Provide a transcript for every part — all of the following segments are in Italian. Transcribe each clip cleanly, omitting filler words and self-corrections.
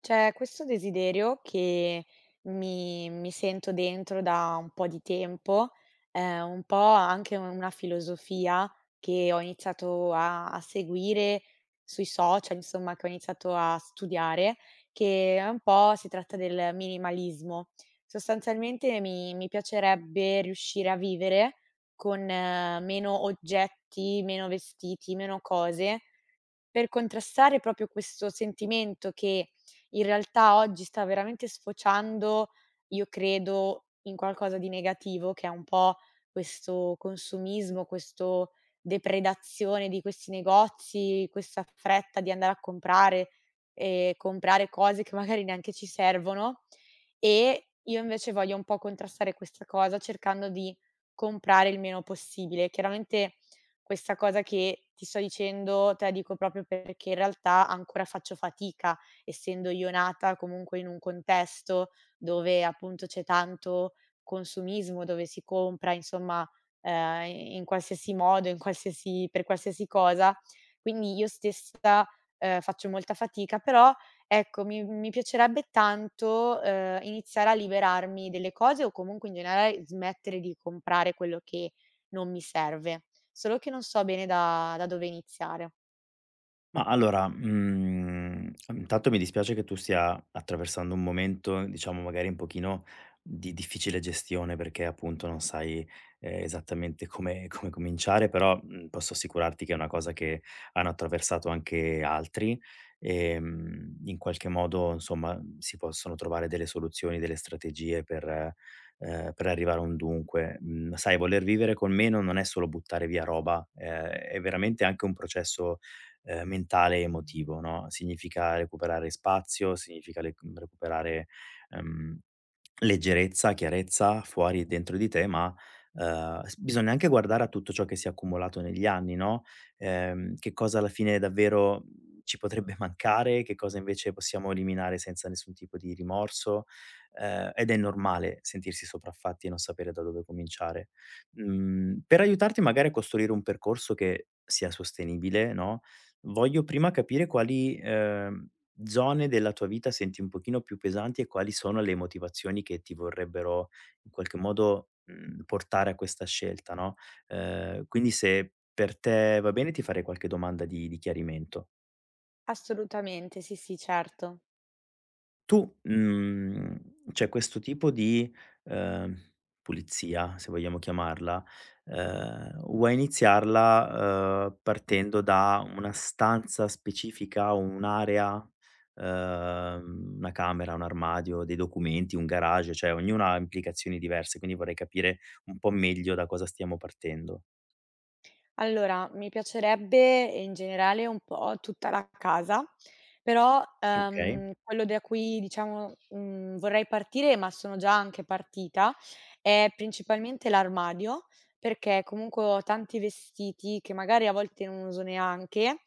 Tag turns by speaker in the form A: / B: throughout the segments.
A: C'è questo desiderio che mi sento dentro da un po' di tempo, un po' anche una filosofia che ho iniziato a seguire sui social, insomma, che ho iniziato a studiare, che è un po' si tratta del minimalismo. Sostanzialmente mi piacerebbe riuscire a vivere con meno oggetti, meno vestiti, meno cose per contrastare proprio questo sentimento che in realtà oggi sta veramente sfociando, io credo, in qualcosa di negativo che è un po' questo consumismo, questo depredazione di questi negozi, questa fretta di andare a comprare e comprare cose che magari neanche ci servono e io invece voglio un po' contrastare questa cosa cercando di comprare il meno possibile. Chiaramente questa cosa che ti sto dicendo te la dico proprio perché in realtà ancora faccio fatica, essendo io nata comunque in un contesto dove appunto c'è tanto consumismo, dove si compra insomma, in qualsiasi modo, in qualsiasi per qualsiasi cosa. Quindi io stessa, faccio molta fatica, però ecco, mi piacerebbe tanto, iniziare a liberarmi delle cose o comunque in generale smettere di comprare quello che non mi serve, solo che non so bene da dove iniziare.
B: Ma allora, intanto mi dispiace che tu stia attraversando un momento, diciamo, magari un pochino di difficile gestione, perché appunto non sai, esattamente come cominciare, però, posso assicurarti che è una cosa che hanno attraversato anche altri, in qualche modo insomma si possono trovare delle soluzioni, delle strategie per arrivare a un dunque. Mhmm, Sai, voler vivere con meno non è solo buttare via roba, è veramente anche un processo mentale e emotivo, no, significa recuperare spazio, significa recuperare, ehm, leggerezza, chiarezza fuori e dentro di te, ma, s bisogna anche guardare a tutto ciò che si è accumulato negli anni, no, che cosa alla fine davvero, ci potrebbe mancare, che cosa invece possiamo eliminare senza nessun tipo di rimorso, ed è normale sentirsi sopraffatti e non sapere da dove cominciare. Per aiutarti magari a costruire un percorso che sia sostenibile, no, voglio prima capire quali, zone della tua vita senti un pochino più pesanti e quali sono le motivazioni che ti vorrebbero in qualche modo, portare a questa scelta, no, quindi se per te va bene ti farei qualche domanda di chiarimento.
A: Assolutamente, sì, sì, certo.
B: Tu, cioè questo tipo di, ehm, pulizia, se vogliamo chiamarla, vuoi iniziarla, partendo da una stanza specifica, un'area, una camera, un armadio, dei documenti, un garage, cioè ognuna ha implicazioni diverse, quindi vorrei capire un po' meglio da cosa stiamo partendo,
A: Allora, mi piacerebbe in generale un po' tutta la casa, però,
B: okay?
A: quello da cui diciamo, mhmm, vorrei partire, ma sono già anche partita, è principalmente l'armadio, perché comunque ho tanti vestiti che magari a volte non uso neanche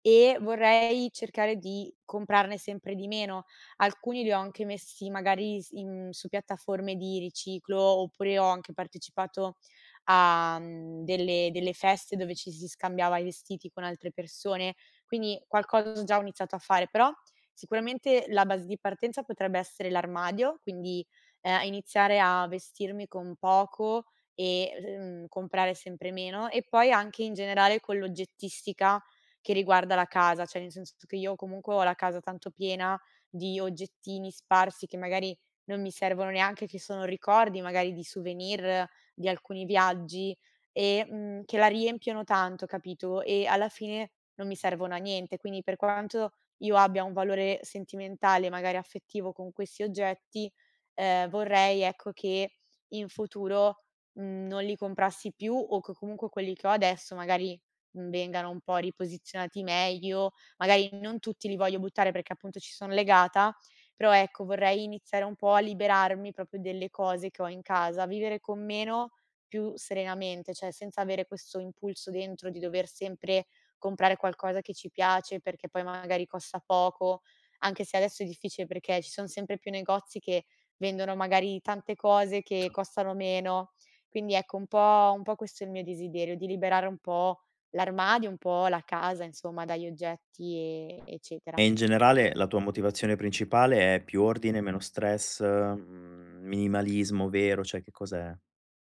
A: e vorrei cercare di comprarne sempre di meno. Alcuni li ho anche messi magari s in su piattaforme di riciclo, oppure ho anche partecipato a, mhmm, delle feste dove ci si scambiava i vestiti con altre persone, quindi qualcosa già ho iniziato a fare, però sicuramente la base di partenza potrebbe essere l'armadio, quindi, iniziare a vestirmi con poco e, mhmm, comprare sempre meno e poi anche in generale con l'oggettistica che riguarda la casa, cioè nel senso che io comunque ho la casa tanto piena di oggettini sparsi che magari non mi servono neanche, che sono ricordi magari di souvenir di alcuni viaggi e, mhmm, che la riempiono tanto, capito, e alla fine non mi servono a niente. Quindi per quanto io abbia un valore sentimentale, magari affettivo con questi oggetti, vorrei ecco che in futuro, mhmm, non li comprassi più o che comunque quelli che ho adesso magari, mhmm, vengano un po' riposizionati meglio, magari non tutti li voglio buttare perché appunto ci son legata, però ecco, vorrei iniziare un po' a liberarmi proprio delle cose che ho in casa, vivere con meno più serenamente, cioè senza avere questo impulso dentro di dover sempre comprare qualcosa che ci piace perché poi magari costa poco, anche se adesso è difficile perché ci sono sempre più negozi che vendono magari tante cose che costano meno. Quindi ecco, un po' questo è il mio desiderio, di liberare un po' l'armadio, un po' la casa, insomma, dagli oggetti e eccetera.
B: E in generale la tua motivazione principale è più ordine, meno stress, minimalismo vero, cioè che cos'è?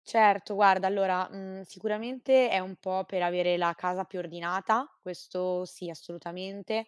A: Certo, guarda, allora, mhmm, sicuramente è un po' per avere la casa più ordinata, questo sì, assolutamente,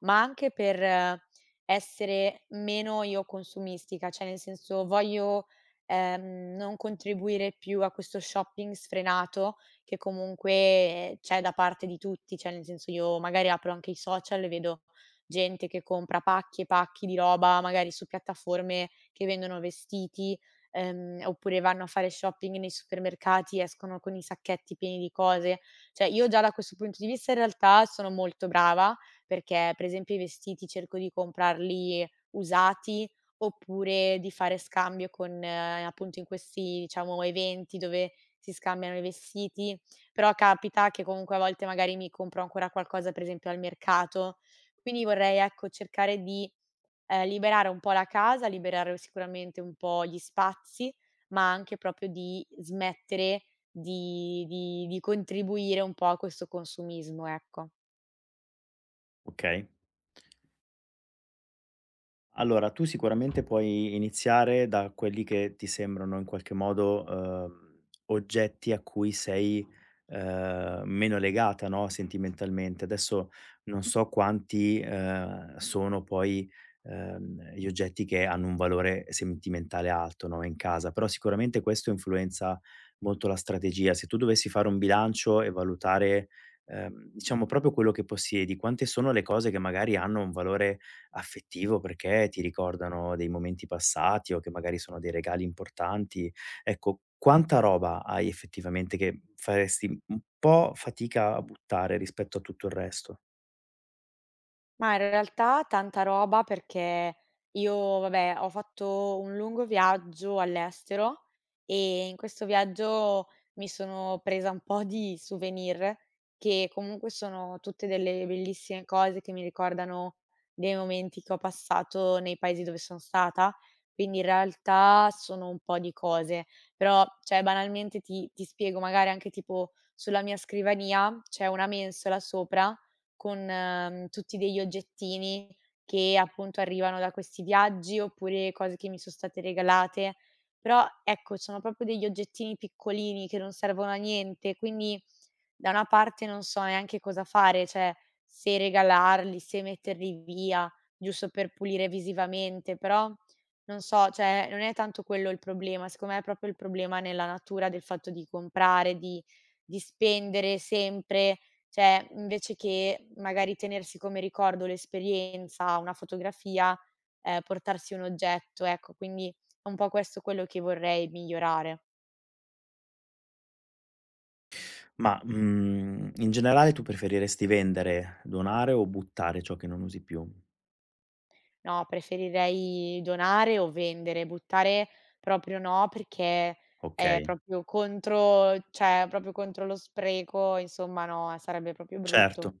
A: ma anche per essere meno io consumistica, cioè nel senso voglio, non contribuire più a questo shopping sfrenato che comunque c'è da parte di tutti, cioè nel senso io magari apro anche i social e vedo gente che compra pacchi e pacchi di roba, magari su piattaforme che vendono vestiti, oppure vanno a fare shopping nei supermercati, escono con i sacchetti pieni di cose. Cioè io già da questo punto di vista in realtà sono molto brava, perché per esempio i vestiti cerco di comprarli usati, oppure di fare scambio con appunto in questi, diciamo, eventi dove si scambiano i vestiti, però capita che comunque a volte magari mi compro ancora qualcosa per esempio al mercato. Quindi vorrei, ecco, cercare di, liberare un po' la casa, liberare sicuramente un po' gli spazi, ma anche proprio di smettere di contribuire un po' a questo consumismo, ecco.
B: Okay. Allora, tu sicuramente puoi iniziare da quelli che ti sembrano in qualche modo, oggetti a cui sei, meno legata, no, sentimentalmente. Adesso non so quanti, sono poi, gli oggetti che hanno un valore sentimentale alto, no, in casa, però sicuramente questo influenza molto la strategia. Se tu dovessi fare un bilancio e valutare, diciamo proprio quello che possiedi, quante sono le cose che magari hanno un valore affettivo perché ti ricordano dei momenti passati o che magari sono dei regali importanti. Ecco, quanta roba hai effettivamente che faresti un po' fatica a buttare rispetto a tutto il resto?
A: Ma in realtà tanta roba perché io, vabbè, ho fatto un lungo viaggio all'estero e in questo viaggio mi sono presa un po' di souvenir che comunque sono tutte delle bellissime cose che mi ricordano dei momenti che ho passato nei paesi dove sono stata. Quindi in realtà sono un po' di cose, però cioè banalmente ti spiego, magari anche tipo sulla mia scrivania c'è una mensola sopra con, mhmm, tutti degli oggettini che appunto arrivano da questi viaggi, oppure cose che mi son state regalate. Però ecco, sono proprio degli oggettini piccolini che non servono a niente, quindi da una parte non so neanche cosa fare, cioè se regalarli, se metterli via, giusto per pulire visivamente, però non so, cioè non è tanto quello il problema, secondo me è proprio il problema nella natura del fatto di comprare, di spendere sempre, cioè, invece che magari tenersi come ricordo l'esperienza, una fotografia, portarsi un oggetto, ecco. Quindi è un po' questo quello che vorrei migliorare.
B: Ma, in generale tu preferiresti vendere, donare o buttare ciò che non usi più?
A: No, preferirei donare o vendere, buttare proprio no, perché è
B: Okay,
A: proprio contro cioè proprio contro lo spreco, insomma no, sarebbe proprio brutto.
B: certo.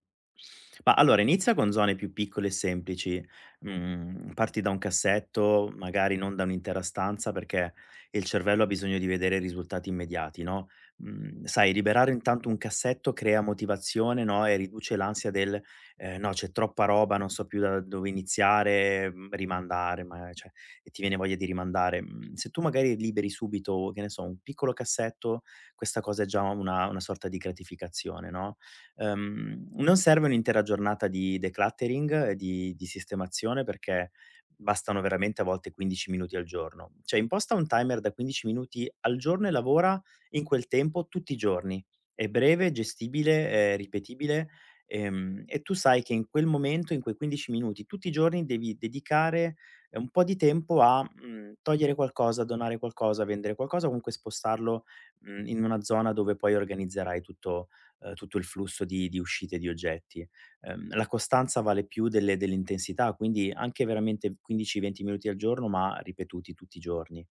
B: Ma allora inizia con zone più piccole e semplici, parti da un cassetto, magari non da un'intera stanza perché il cervello ha bisogno di vedere risultati immediati, no, sai, liberare intanto un cassetto crea motivazione, no, e riduce l'ansia del, "No, c'è troppa roba, non so più da dove iniziare", rimandare ma cioè e ti viene voglia di rimandare. Mhmm, Se tu magari liberi subito, che ne so, un piccolo cassetto, questa cosa è già una sorta di gratificazione, no? Non serve un'intera giornata di decluttering e di sistemazione, perché bastano veramente a volte 15 minuti al giorno. Cioè imposta un timer da 15 minuti al giorno e lavora in quel tempo tutti i giorni. È breve, gestibile, è ripetibile, e tu sai che in quel momento, in quei 15 minuti, tutti i giorni devi dedicare, un po' di tempo a, togliere qualcosa, donare qualcosa, vendere qualcosa, comunque spostarlo, in una zona dove poi organizzerai tutto tutto il flusso di uscite di oggetti. La costanza vale più delle dell'intensità, quindi anche veramente 15, 20 minuti al giorno, ma ripetuti tutti i giorni.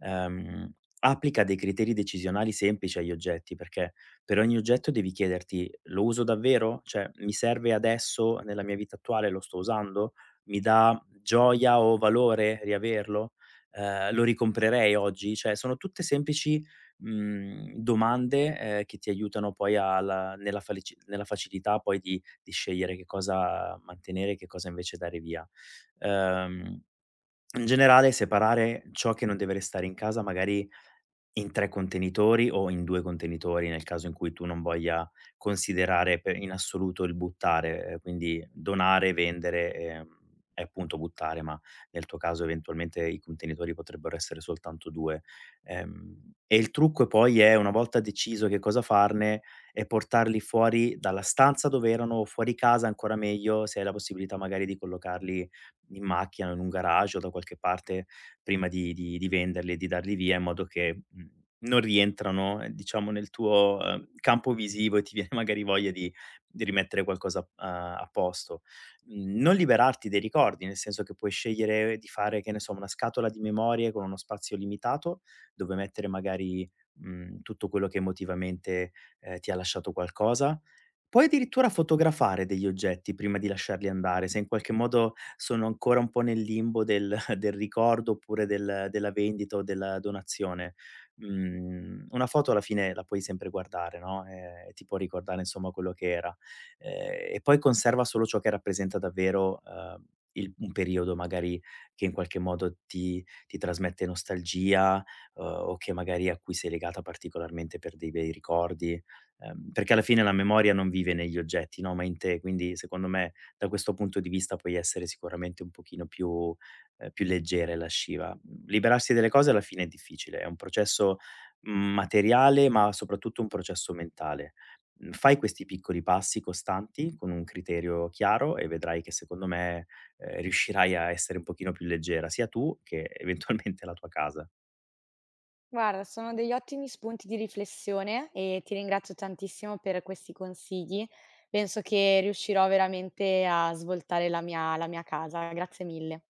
B: Ehm, Applica dei criteri decisionali semplici agli oggetti, perché per ogni oggetto devi chiederti: "Lo uso davvero? Cioè, mi serve adesso nella mia vita attuale? Lo sto usando? Mi dà gioia o valore riaverlo? Lo ricomprerei oggi?" Cioè, sono tutte semplici domande, che ti aiutano poi alla nella falici nella facilità poi di scegliere che cosa mantenere e che cosa invece dare via. Ehm, In generale, separare ciò che non deve restare in casa magari in 3 contenitori o in 2 contenitori, nel caso in cui tu non voglia considerare per in assoluto il buttare, quindi donare, vendere, e appunto buttare, ma nel tuo caso eventualmente i contenitori potrebbero essere soltanto 2. E il trucco poi è, una volta deciso che cosa farne, è portarli fuori dalla stanza dove erano o fuori casa, ancora meglio, se hai la possibilità magari di collocarli in macchina, in un garage o da qualche parte prima di venderli e di darli via in modo che, non rientrano, diciamo nel tuo, campo visivo e ti viene magari voglia di rimettere qualcosa a posto. Non liberarti dei ricordi, nel senso che puoi scegliere di fare, che ne so, una scatola di memorie con uno spazio limitato, dove mettere magari, tutto quello che emotivamente, ti ha lasciato qualcosa. Puoi addirittura fotografare degli oggetti prima di lasciarli andare, se in qualche modo sono ancora un po' nel limbo del del ricordo oppure della vendita o della donazione. Una foto alla fine la puoi sempre guardare, no, e ti può ricordare insomma quello che era. E poi conserva solo ciò che rappresenta davvero, il un periodo magari che in qualche modo ti trasmette nostalgia, o che magari a cui sei legata particolarmente per dei bei ricordi, perché alla fine la memoria non vive negli oggetti, no, ma in te. Quindi secondo me da questo punto di vista puoi essere sicuramente un pochino più più leggere la sciva. Liberarsi delle cose alla fine è difficile, è un processo, materiale, ma soprattutto un processo mentale. Fai questi piccoli passi costanti con un criterio chiaro e vedrai che secondo me, riuscirai a essere un pochino più leggera, sia tu che eventualmente la tua casa.
A: Guarda, sono degli ottimi spunti di riflessione e ti ringrazio tantissimo per questi consigli. Penso che riuscirò veramente a svoltare la mia casa. Grazie mille.